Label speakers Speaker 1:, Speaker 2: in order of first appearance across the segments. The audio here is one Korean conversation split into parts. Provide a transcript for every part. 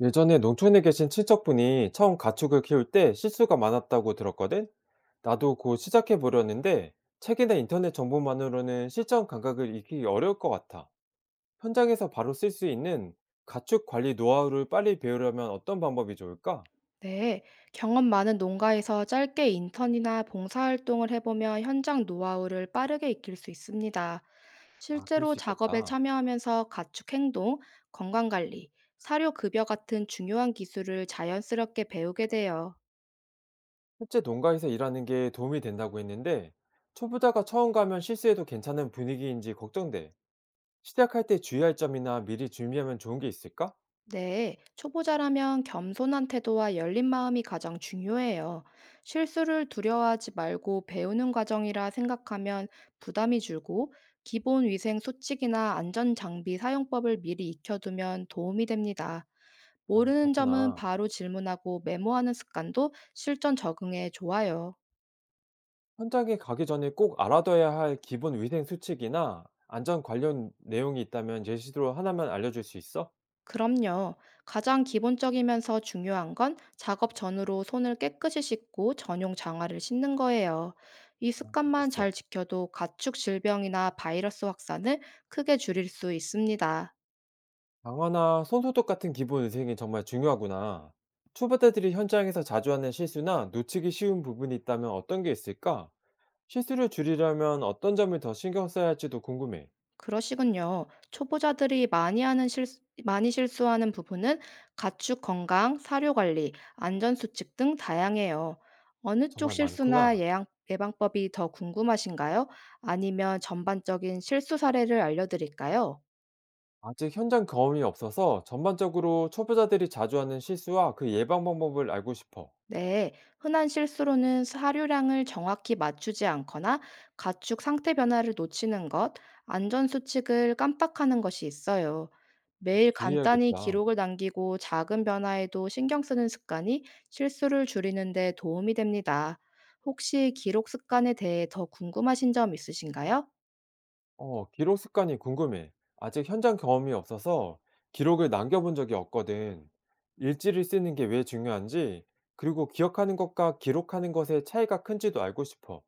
Speaker 1: 예전에 농촌에 계신 친척분이 처음 가축을 키울 때 실수가 많았다고 들었거든? 나도 곧 시작해 보려는데 책이나 인터넷 정보만으로는 실전 감각을 익히기 어려울 것 같아. 현장에서 바로 쓸 수 있는 가축 관리 노하우를 빨리 배우려면 어떤 방법이 좋을까?
Speaker 2: 네, 경험 많은 농가에서 짧게 인턴이나 봉사활동을 해보면 현장 노하우를 빠르게 익힐 수 있습니다.
Speaker 1: 아, 그럴
Speaker 2: 실제로
Speaker 1: 수
Speaker 2: 작업에
Speaker 1: 있겠다.
Speaker 2: 참여하면서 가축 행동, 건강관리, 사료 급여 같은 중요한 기술을 자연스럽게 배우게 돼요.
Speaker 1: 실제 농가에서 일하는 게 도움이 된다고 했는데 초보자가 처음 가면 실수해도 괜찮은 분위기인지 걱정돼. 시작할 때 주의할 점이나 미리 준비하면 좋은 게 있을까?
Speaker 2: 네, 초보자라면 겸손한 태도와 열린 마음이 가장 중요해요. 실수를 두려워하지 말고 배우는 과정이라 생각하면 부담이 줄고 기본 위생 수칙이나 안전 장비 사용법을 미리 익혀두면 도움이 됩니다.
Speaker 1: 아,
Speaker 2: 모르는 점은
Speaker 1: 그렇구나.
Speaker 2: 바로 질문하고 메모하는 습관도 실전 적응에 좋아요.
Speaker 1: 현장에 가기 전에 꼭 알아둬야 할 기본 위생 수칙이나 안전 관련 내용이 있다면 예시로 하나만 알려줄 수 있어?
Speaker 2: 그럼요. 가장 기본적이면서 중요한 건 작업 전으로 손을 깨끗이 씻고 전용 장화를 신는 거예요. 이 습관만 잘
Speaker 1: 알겠어.
Speaker 2: 지켜도 가축 질병이나 바이러스 확산을 크게 줄일 수 있습니다.
Speaker 1: 방화나 손소독 같은 기본 위생이 정말 중요하구나. 초보자들이 현장에서 자주 하는 실수나 놓치기 쉬운 부분이 있다면 어떤 게 있을까? 실수를 줄이려면 어떤 점을 더 신경 써야 할지도 궁금해.
Speaker 2: 그러시군요. 초보자들이 많이 하는 실 많이 실수하는 부분은 가축 건강, 사료 관리, 안전 수칙 등 다양해요. 어느 쪽
Speaker 1: 정말
Speaker 2: 실수나
Speaker 1: 많구나.
Speaker 2: 예방법이 더 궁금하신가요? 아니면 전반적인 실수 사례를 알려드릴까요?
Speaker 1: 아직 현장 경험이 없어서 전반적으로 초보자들이 자주 하는 실수와 그 예방 방법을 알고 싶어.
Speaker 2: 네, 흔한 실수로는 사료량을 정확히 맞추지 않거나 가축 상태 변화를 놓치는 것, 안전 수칙을 깜빡하는 것이 있어요. 매일 간단히
Speaker 1: 주의해야겠다.
Speaker 2: 기록을 남기고 작은 변화에도 신경 쓰는 습관이 실수를 줄이는 데 도움이 됩니다. 혹시 기록 습관에 대해 더 궁금하신 점 있으신가요?
Speaker 1: 어, 기록 습관이 궁금해. 아직 현장 경험이 없어서 기록을 남겨본 적이 없거든. 일지를 쓰는 게 왜 중요한지, 그리고 기억하는 것과 기록하는 것의 차이가 큰지도 알고 싶어.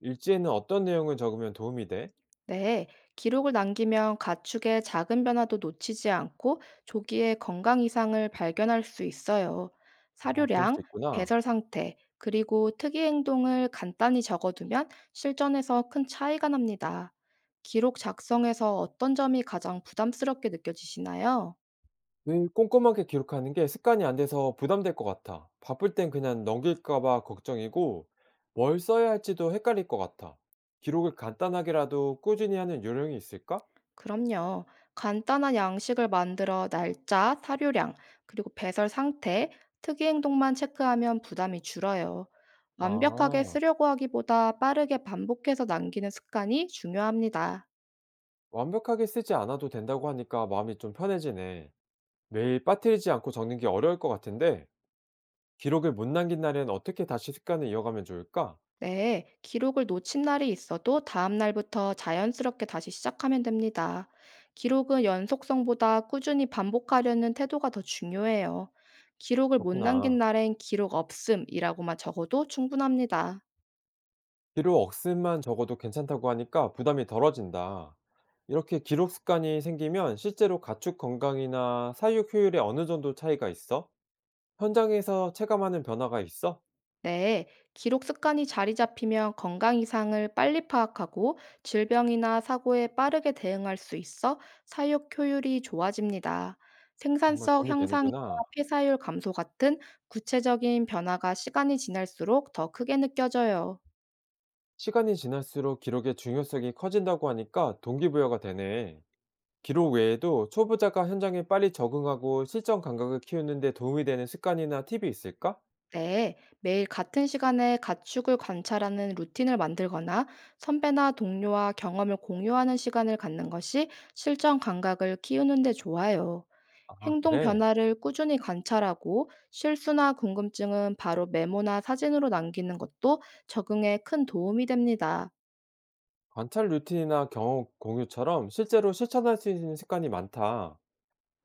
Speaker 1: 일지에는 어떤 내용을 적으면 도움이 돼?
Speaker 2: 네, 기록을 남기면 가축의 작은 변화도 놓치지 않고 조기에 건강 이상을 발견할 수 있어요.
Speaker 1: 아, 그럴 수
Speaker 2: 사료량,
Speaker 1: 있구나.
Speaker 2: 배설 상태, 그리고 특이 행동을 간단히 적어두면 실전에서 큰 차이가 납니다. 기록 작성에서 어떤 점이 가장 부담스럽게 느껴지시나요?
Speaker 1: 늘 꼼꼼하게 기록하는 게 습관이 안 돼서 부담될 것 같아. 바쁠 땐 그냥 넘길까봐 걱정이고, 뭘 써야 할지도 헷갈릴 것 같아. 기록을 간단하게라도 꾸준히 하는 요령이 있을까?
Speaker 2: 그럼요. 간단한 양식을 만들어 날짜, 사료량, 그리고 배설 상태, 특이 행동만 체크하면 부담이 줄어요. 완벽하게
Speaker 1: 아.
Speaker 2: 쓰려고 하기보다 빠르게 반복해서 남기는 습관이 중요합니다.
Speaker 1: 완벽하게 쓰지 않아도 된다고 하니까 마음이 좀 편해지네. 매일 빠뜨리지 않고 적는 게 어려울 것 같은데, 기록을 못 남긴 날엔 어떻게 다시 습관을 이어가면 좋을까?
Speaker 2: 네, 기록을 놓친 날이 있어도 다음 날부터 자연스럽게 다시 시작하면 됩니다. 기록은 연속성보다 꾸준히 반복하려는 태도가 더 중요해요. 기록을 못 남긴
Speaker 1: 그렇구나.
Speaker 2: 날엔 기록 없음이라고만 적어도 충분합니다.
Speaker 1: 기록 억슴만 적어도 괜찮다고 하니까 부담이 덜어진다. 이렇게 기록 습관이 생기면 실제로 가축 건강이나 사육 효율에 어느 정도 차이가 있어? 현장에서 체감하는 변화가 있어?
Speaker 2: 네, 기록 습관이 자리 잡히면 건강 이상을 빨리 파악하고 질병이나 사고에 빠르게 대응할 수 있어 사육 효율이 좋아집니다.
Speaker 1: 정말
Speaker 2: 생산성
Speaker 1: 도움이
Speaker 2: 향상이나
Speaker 1: 되는구나.
Speaker 2: 폐사율 감소 같은 구체적인 변화가 시간이 지날수록 더 크게 느껴져요.
Speaker 1: 시간이 지날수록 기록의 중요성이 커진다고 하니까 동기부여가 되네. 기록 외에도 초보자가 현장에 빨리 적응하고 실전 감각을 키우는 데 도움이 되는 습관이나 팁이 있을까?
Speaker 2: 네, 매일 같은 시간에 가축을 관찰하는 루틴을 만들거나 선배나 동료와 경험을 공유하는 시간을 갖는 것이 실전 감각을 키우는 데 좋아요.
Speaker 1: 아,
Speaker 2: 행동
Speaker 1: 그래?
Speaker 2: 변화를 꾸준히 관찰하고 실수나 궁금증은 바로 메모나 사진으로 남기는 것도 적응에 큰 도움이 됩니다.
Speaker 1: 관찰 루틴이나 경험 공유처럼 실제로 실천할 수 있는 습관이 많다.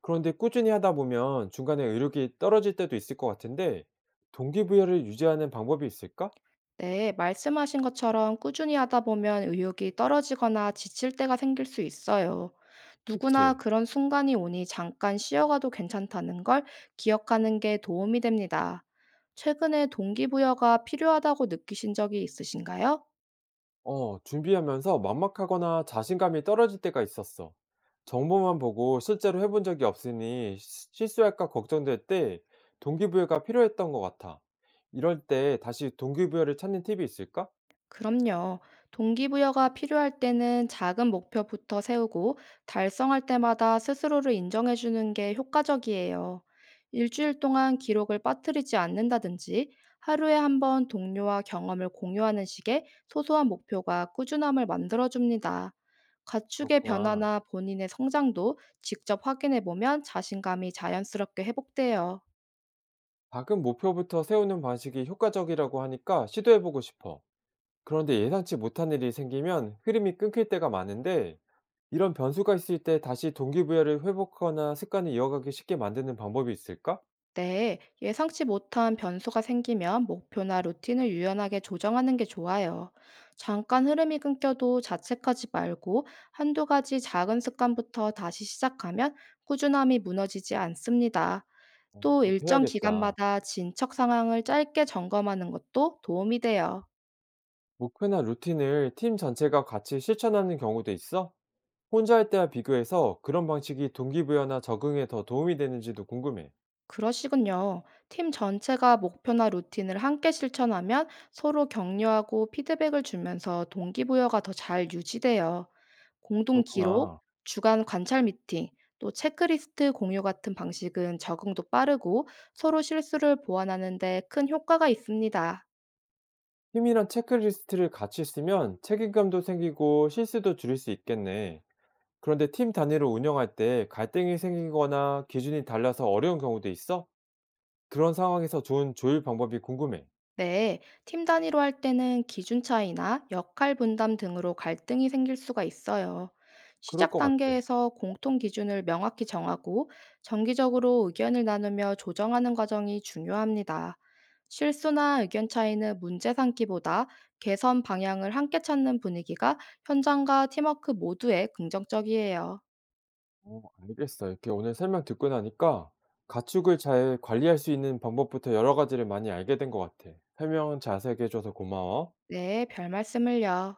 Speaker 1: 그런데 꾸준히 하다 보면 중간에 의욕이 떨어질 때도 있을 것 같은데 동기부여를 유지하는 방법이 있을까?
Speaker 2: 네, 말씀하신 것처럼 꾸준히 하다 보면 의욕이 떨어지거나 지칠 때가 생길 수 있어요. 누구나
Speaker 1: 그치?
Speaker 2: 그런 순간이 오니 잠깐 쉬어가도 괜찮다는 걸 기억하는 게 도움이 됩니다. 최근에 동기부여가 필요하다고 느끼신 적이 있으신가요?
Speaker 1: 어, 준비하면서 막막하거나 자신감이 떨어질 때가 있었어. 정보만 보고 실제로 해본 적이 없으니 실수할까 걱정될 때 동기부여가 필요했던 것 같아. 이럴 때 다시 동기부여를 찾는 팁이 있을까?
Speaker 2: 그럼요. 동기부여가 필요할 때는 작은 목표부터 세우고 달성할 때마다 스스로를 인정해 주는 게 효과적이에요. 일주일 동안 기록을 빠뜨리지 않는다든지 하루에 한번 동료와 경험을 공유하는 식의 소소한 목표가 꾸준함을 만들어 줍니다. 가축의
Speaker 1: 그렇구나.
Speaker 2: 변화나 본인의 성장도 직접 확인해 보면 자신감이 자연스럽게 회복돼요.
Speaker 1: 작은 목표부터 세우는 방식이 효과적이라고 하니까 시도해보고 싶어. 그런데 예상치 못한 일이 생기면 흐름이 끊길 때가 많은데 이런 변수가 있을 때 다시 동기부여를 회복하거나 습관을 이어가기 쉽게 만드는 방법이 있을까?
Speaker 2: 네, 예상치 못한 변수가 생기면 목표나 루틴을 유연하게 조정하는 게 좋아요. 잠깐 흐름이 끊겨도 자책하지 말고 한두 가지 작은 습관부터 다시 시작하면 꾸준함이 무너지지 않습니다. 또
Speaker 1: 그렇게
Speaker 2: 일정
Speaker 1: 해야겠다.
Speaker 2: 기간마다 진척 상황을 짧게 점검하는 것도 도움이 돼요.
Speaker 1: 목표나 루틴을 팀 전체가 같이 실천하는 경우도 있어? 혼자 할 때와 비교해서 그런 방식이 동기부여나 적응에 더 도움이 되는지도 궁금해.
Speaker 2: 그러시군요. 팀 전체가 목표나 루틴을 함께 실천하면 서로 격려하고 피드백을 주면서 동기부여가 더 잘 유지돼요. 공동 기록,
Speaker 1: 그렇구나.
Speaker 2: 주간 관찰 미팅, 또 체크리스트 공유 같은 방식은 적응도 빠르고 서로 실수를 보완하는 데 큰 효과가 있습니다.
Speaker 1: 팀이란 체크리스트를 같이 쓰면 책임감도 생기고 실수도 줄일 수 있겠네. 그런데 팀 단위로 운영할 때 갈등이 생기거나 기준이 달라서 어려운 경우도 있어? 그런 상황에서 좋은 조율 방법이 궁금해.
Speaker 2: 네, 팀 단위로 할 때는 기준 차이나 역할 분담 등으로 갈등이 생길 수가 있어요.
Speaker 1: 그럴
Speaker 2: 시작
Speaker 1: 것 같아.
Speaker 2: 단계에서 공통 기준을 명확히 정하고 정기적으로 의견을 나누며 조정하는 과정이 중요합니다. 실수나 의견 차이는 문제 삼기보다 개선 방향을 함께 찾는 분위기가 현장과 팀워크 모두에 긍정적이에요.
Speaker 1: 어, 알겠어. 이렇게 오늘 설명 듣고 나니까 가축을 잘 관리할 수 있는 방법부터 여러 가지를 많이 알게 된 것 같아. 설명 자세하게 해줘서 고마워.
Speaker 2: 네, 별 말씀을요.